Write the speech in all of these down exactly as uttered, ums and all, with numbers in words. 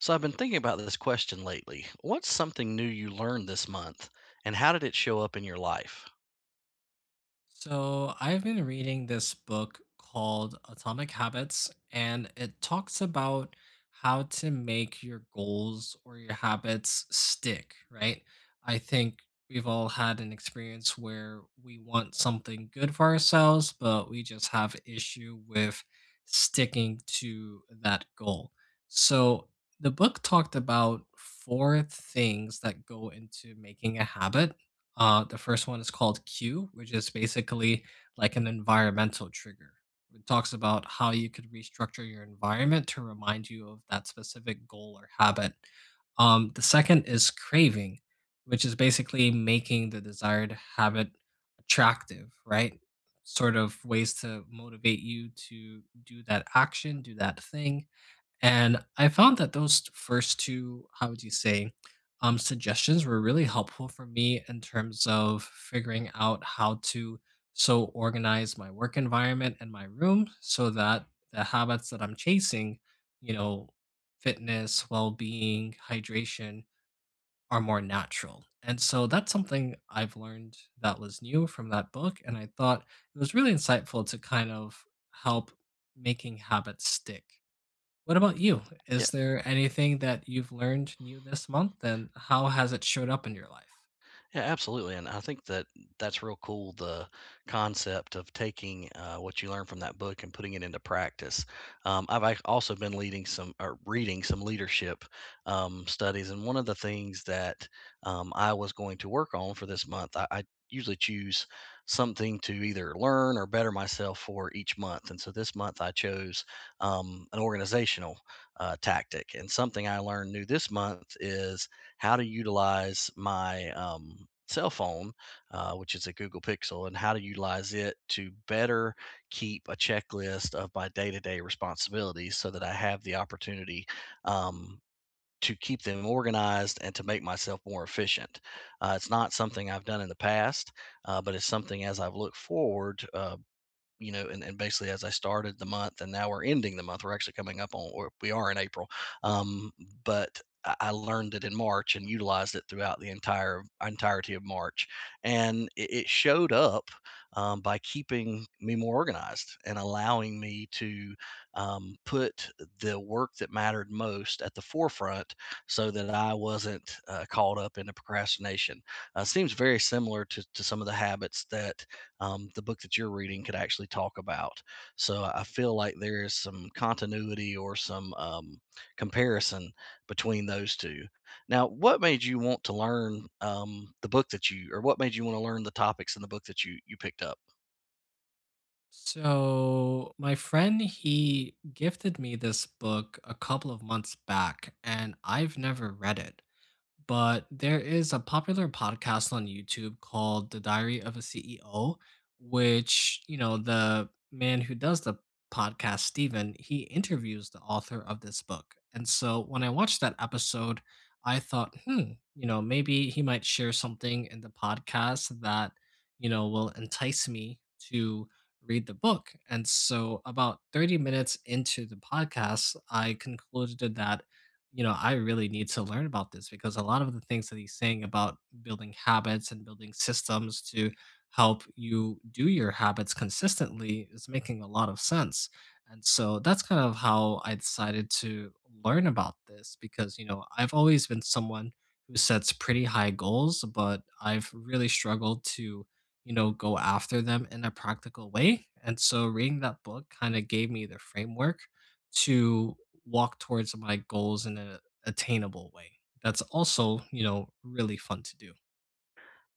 So I've been thinking about this question lately. What's something new you learned this month and how did it show up in your life? So, I've been reading this book called Atomic Habits, and it talks about how to make your goals or your habits stick, right? I think we've all had an experience where we want something good for ourselves, but we just have issue with sticking to that goal. So, the book talked about four things that go into making a habit. Uh, the first one is called Q, which is basically like an environmental trigger. It talks about how you could restructure your environment to remind you of that specific goal or habit. Um, the second is craving, which is basically making the desired habit attractive, right? Sort of ways to motivate you to do that action, do that thing. And I found that those first two, how would you say, um, suggestions were really helpful for me in terms of figuring out how to so organize my work environment and my room so that the habits that I'm chasing, you know, fitness, well being, hydration, are more natural. And so that's something I've learned that was new from that book. And I thought it was really insightful to kind of help making habits stick. What about you? Is there anything that you've learned new this month and how has it showed up in your life? Yeah, absolutely. And I think that that's real cool the concept of taking uh, what you learn from that book and putting it into practice. Um, I've ac- also been leading some or reading some leadership um, studies. And one of the things that um, I was going to work on for this month, I, I usually choose something to either learn or better myself for each month. And so this month I chose um, an organizational uh, tactic. And something I learned new this month is how to utilize my um, cell phone, uh, which is a Google Pixel, and how to utilize it to better keep a checklist of my day to day responsibilities so that I have the opportunity Um, to keep them organized and to make myself more efficient. Uh, it's not something I've done in the past, uh, but it's something as I've looked forward uh, you know, and, and basically as I started the month and now we're ending the month, we're actually coming up on, or we are in April. Um, but I I learned it in March and utilized it throughout the entire entirety of March, and it, it showed up um, by keeping me more organized and allowing me to um, put the work that mattered most at the forefront, so that I wasn't uh, caught up into procrastination. Uh, seems very similar to to some of the habits that um, the book that you're reading could actually talk about. So I feel like there is some continuity or some um, comparison between those two. Now, what made you want to learn um, the book that you, or what made you want to learn the topics in the book that you you picked up? So, my friend, he gifted me this book a couple of months back and I've never read it, but there is a popular podcast on YouTube called The Diary of a C E O, which, you know, the man who does the podcast, Steven, he interviews the author of this book. And so when I watched that episode, I thought, hmm, you know, maybe he might share something in the podcast that, you know, will entice me to read the book. And so about thirty minutes into the podcast, I concluded that, you know, I really need to learn about this because a lot of the things that he's saying about building habits and building systems to help you do your habits consistently is making a lot of sense. And so that's kind of how I decided to learn about this because, you know, I've always been someone who sets pretty high goals, but I've really struggled to, you know, go after them in a practical way. And so reading that book kind of gave me the framework to walk towards my goals in an attainable way. That's also, you know, really fun to do.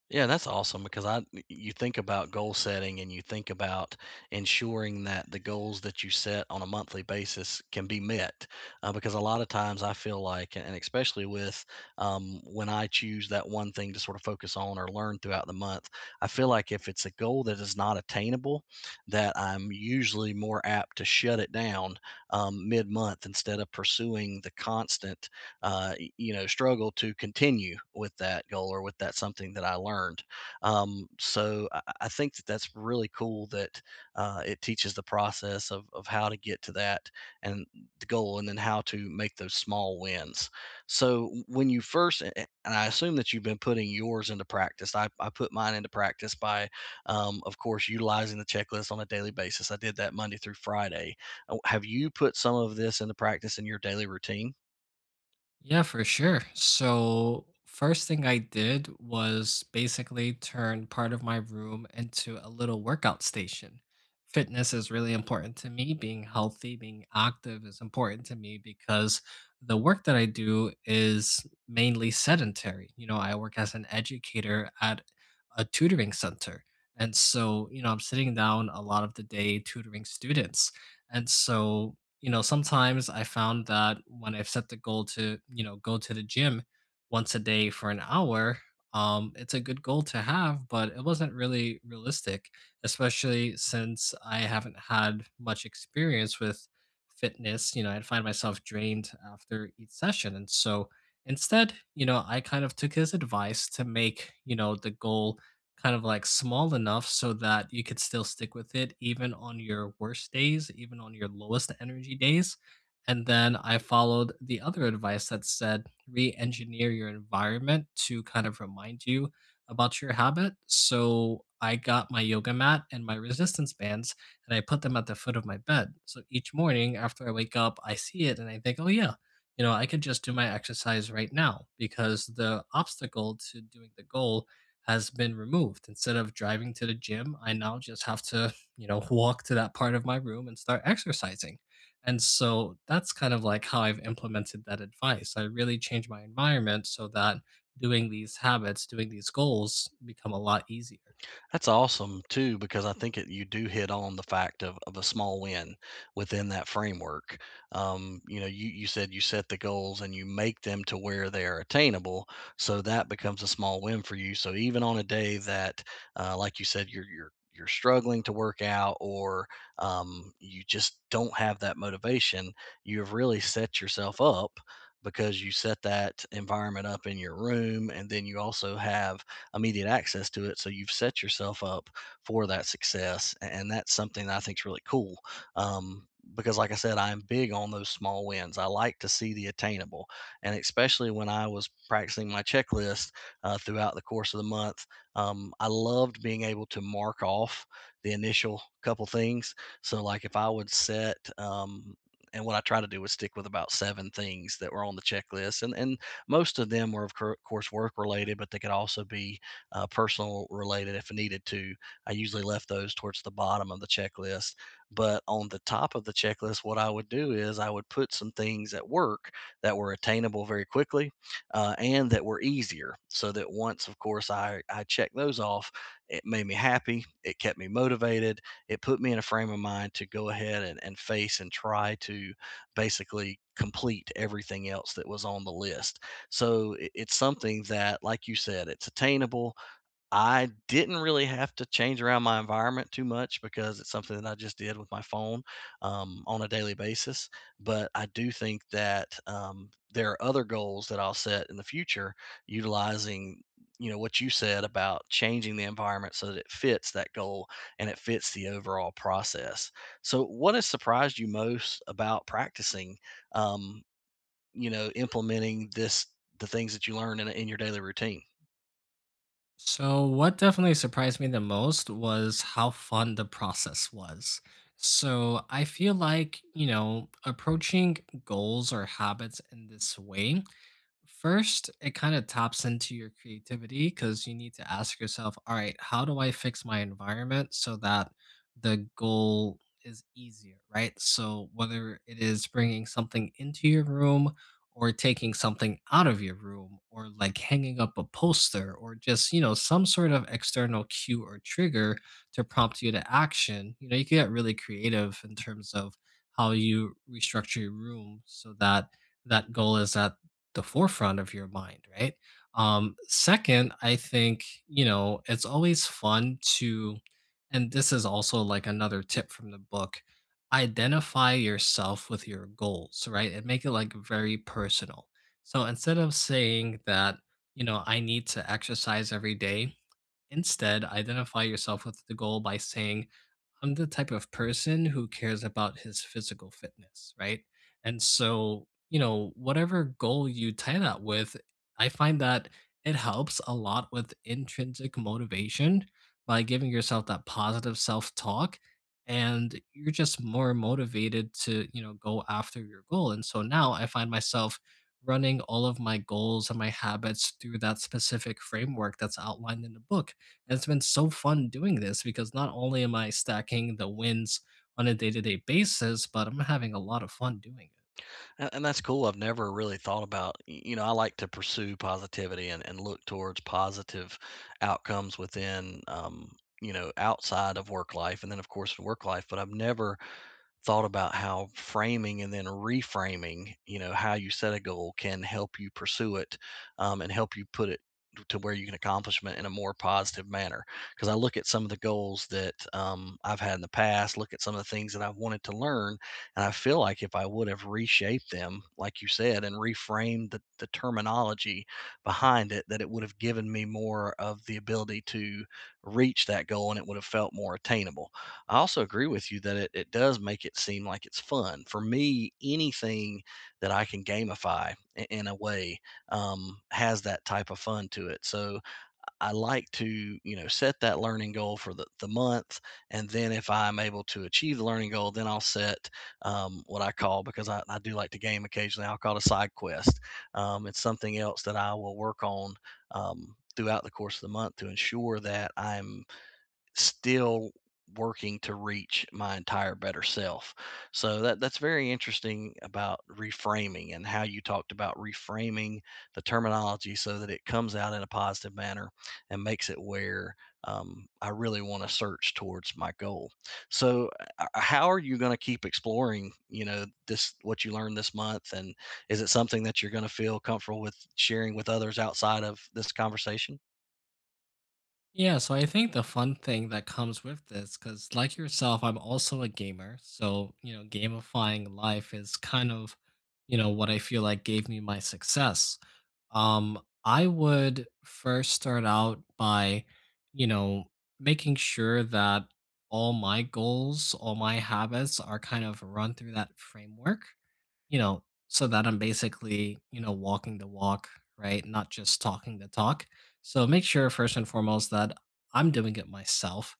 Yeah, that's awesome because I you think about goal setting and you think about ensuring that the goals that you set on a monthly basis can be met. Uh, because a lot of times I feel like, and especially with um, when I choose that one thing to sort of focus on or learn throughout the month, I feel like if it's a goal that is not attainable, that I'm usually more apt to shut it down um, mid-month instead of pursuing the constant uh, you know, struggle to continue with that goal or with that something that I learned. Um, so I, I think that that's really cool that uh, it teaches the process of, of how to get to that and the goal and then how to make those small wins. So when you first, and I assume that you've been putting yours into practice, I, I put mine into practice by um, of course, utilizing the checklist on a daily basis. I did that Monday through Friday. Uh, Have you put some of this into practice in your daily routine? Yeah, for sure. So, first thing I did was basically turn part of my room into a little workout station. Fitness is really important to me. Being healthy, being active is important to me because the work that I do is mainly sedentary. You know, I work as an educator at a tutoring center. And so, you know, I'm sitting down a lot of the day tutoring students. And so, you know, sometimes I found that when I've set the goal to, you know, go to the gym once a day for an hour, um, it's a good goal to have, but it wasn't really realistic, especially since I haven't had much experience with fitness. You know, I'd find myself drained after each session. And so instead, you know, I kind of took his advice to make, you know, the goal kind of, like, small enough so that you could still stick with it even on your worst days, even on your lowest energy days, and then I followed the other advice that said, "Re-engineer your environment to kind of remind you about your habit." So, I got my yoga mat and my resistance bands, and I put them at the foot of my bed. So, each morning after I wake up, I see it and I think, "Oh, yeah, you know, I could just do my exercise right now," because the obstacle to doing the goal has been removed. Instead of driving to the gym, I now just have to, you know, walk to that part of my room and start exercising. And so that's kind of like how I've implemented that advice. I really changed my environment so that doing these habits, doing these goals become a lot easier. That's awesome too, because I think it, you do hit on the fact of, of a small win within that framework. Um, you know, you, you said you set the goals and you make them to where they are attainable. So that becomes a small win for you. So even on a day that, uh, like you said, you're, you're, you're struggling to work out or um, you just don't have that motivation, you have really set yourself up because you set that environment up in your room and then you also have immediate access to it. So you've set yourself up for that success. And that's something that I think is really cool. Um, because like I said, I'm big on those small wins. I like to see the attainable. And especially when I was practicing my checklist uh, throughout the course of the month, um, I loved being able to mark off the initial couple things. So like if I would set, um, and what I try to do is stick with about seven things that were on the checklist, and and most of them were of cour- course work related, but they could also be uh, personal related if needed to. I usually left those towards the bottom of the checklist. But on the top of the checklist, what I would do is I would put some things at work that were attainable very quickly uh, and that were easier. So that once, of course, I, I checked those off, it made me happy. It kept me motivated. It put me in a frame of mind to go ahead and, and face and try to basically complete everything else that was on the list. So it- it's something that, like you said, it's attainable. I didn't really have to change around my environment too much because it's something that I just did with my phone um, on a daily basis. But I do think that um, there are other goals that I'll set in the future utilizing, you know, what you said about changing the environment so that it fits that goal and it fits the overall process. So, what has surprised you most about practicing, um, you know, implementing this, the things that you learn in, in your daily routine? So, what definitely surprised me the most was how fun the process was. So, I feel like, you know, approaching goals or habits in this way, first, it kind of taps into your creativity because you need to ask yourself, all right, how do I fix my environment so that the goal is easier, right? So, whether it is bringing something into your room or taking something out of your room or like hanging up a poster or just, you know, some sort of external cue or trigger to prompt you to action, you know, you can get really creative in terms of how you restructure your room so that that goal is at the forefront of your mind, right? Um, second, I think, you know, it's always fun to, and this is also like another tip from the book, identify yourself with your goals, right? And make it like very personal. So instead of saying that, you know, I need to exercise every day, instead identify yourself with the goal by saying, I'm the type of person who cares about his physical fitness, right? And so, you know, whatever goal you tie that with, I find that it helps a lot with intrinsic motivation by giving yourself that positive self talk. And you're just more motivated to, you know, go after your goal. And so now I find myself running all of my goals and my habits through that specific framework that's outlined in the book, and it's been so fun doing this because not only am I stacking the wins on a day-to-day basis, but I'm having a lot of fun doing it. And, and that's cool. I've never really thought about, y- you know, I like to pursue positivity and, and look towards positive outcomes within, um, you know, outside of work life and then, of course, in work life. But I've never thought about how framing and then reframing, you know, how you set a goal can help you pursue it um, and help you put it to where you can accomplish it in a more positive manner. Because I look at some of the goals that um, I've had in the past, look at some of the things that I've wanted to learn, and I feel like if I would have reshaped them, like you said, and reframed the, the terminology behind it, that it would have given me more of the ability to reach that goal and it would have felt more attainable. I also agree with you that it, it does make it seem like it's fun. For me, anything that I can gamify i- in a way um, has that type of fun to it. So I like to, you know, set that learning goal for the, the month. And then if I'm able to achieve the learning goal, then I'll set um, what I call, because I, I do like to game occasionally, I'll call it a side quest. Um, it's something else that I will work on um, throughout the course of the month to ensure that I'm still working to reach my entire better self. So that that's very interesting about reframing and how you talked about reframing the terminology so that it comes out in a positive manner and makes it where um, I really want to search towards my goal. So uh, uh, how are you going to keep exploring, you know, this what you learned this month and is it something that you're going to feel comfortable with sharing with others outside of this conversation? Yeah, so I think the fun thing that comes with this, because like yourself, I'm also a gamer. So, you know, gamifying life is kind of, you know, what I feel like gave me my success. Um, I would first start out by, you know, making sure that all my goals, all my habits are kind of run through that framework, you know, so that I'm basically, you know, walking the walk, right? Not just talking the talk. So make sure first and foremost that I'm doing it myself,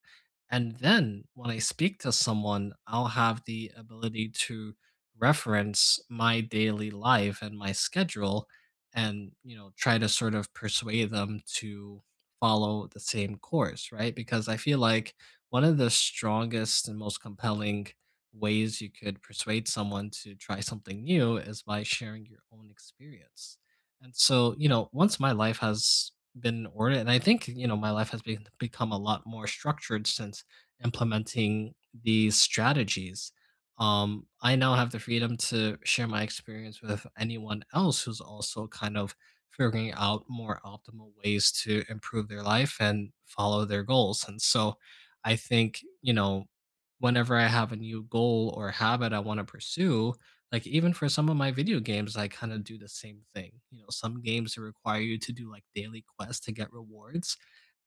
and then when I speak to someone, I'll have the ability to reference my daily life and my schedule and, you know, try to sort of persuade them to follow the same course, right? Because I feel like one of the strongest and most compelling ways you could persuade someone to try something new is by sharing your own experience. And so, you know, once my life has been ordered. And I think, you know, my life has been, become a lot more structured since implementing these strategies. Um, I now have the freedom to share my experience with anyone else who's also kind of figuring out more optimal ways to improve their life and follow their goals. And so I think, you know, whenever I have a new goal or habit I want to pursue, like, even for some of my video games, I kind of do the same thing. You know, some games require you to do like daily quests to get rewards.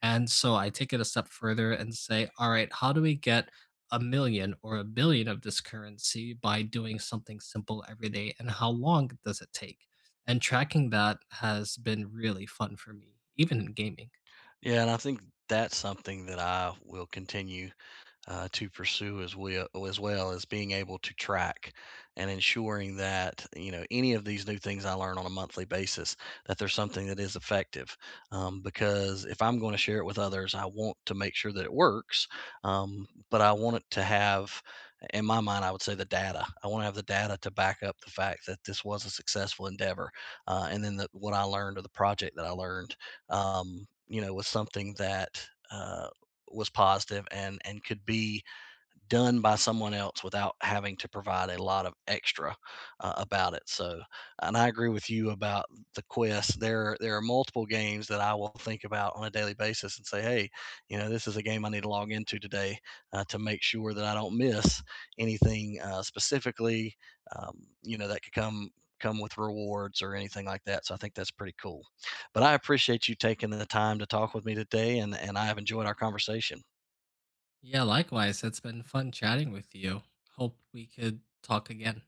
And so I take it a step further and say, all right, how do we get a million or a billion of this currency by doing something simple every day? And how long does it take? And tracking that has been really fun for me, even in gaming. Yeah, and I think that's something that I will continue uh, to pursue, as well as well as being able to track and ensuring that, you know, any of these new things I learn on a monthly basis, that there's something that is effective um, because if I'm going to share it with others I want to make sure that it works um, but I want it to have in my mind, I would say the data, I want to have the data to back up the fact that this was a successful endeavor uh, and then the, what I learned or the project that I learned um, you know was something that uh, was positive and and could be done by someone else without having to provide a lot of extra uh, about it. So, and I agree with you about the quest. There there are multiple games that I will think about on a daily basis and say, hey, you know, this is a game I need to log into today uh, to make sure that I don't miss anything uh, specifically. Um, you know, that could come come with rewards or anything like that. So I think that's pretty cool. But I appreciate you taking the time to talk with me today, and and I've enjoyed our conversation. Yeah, likewise. It's been fun chatting with you. Hope we could talk again.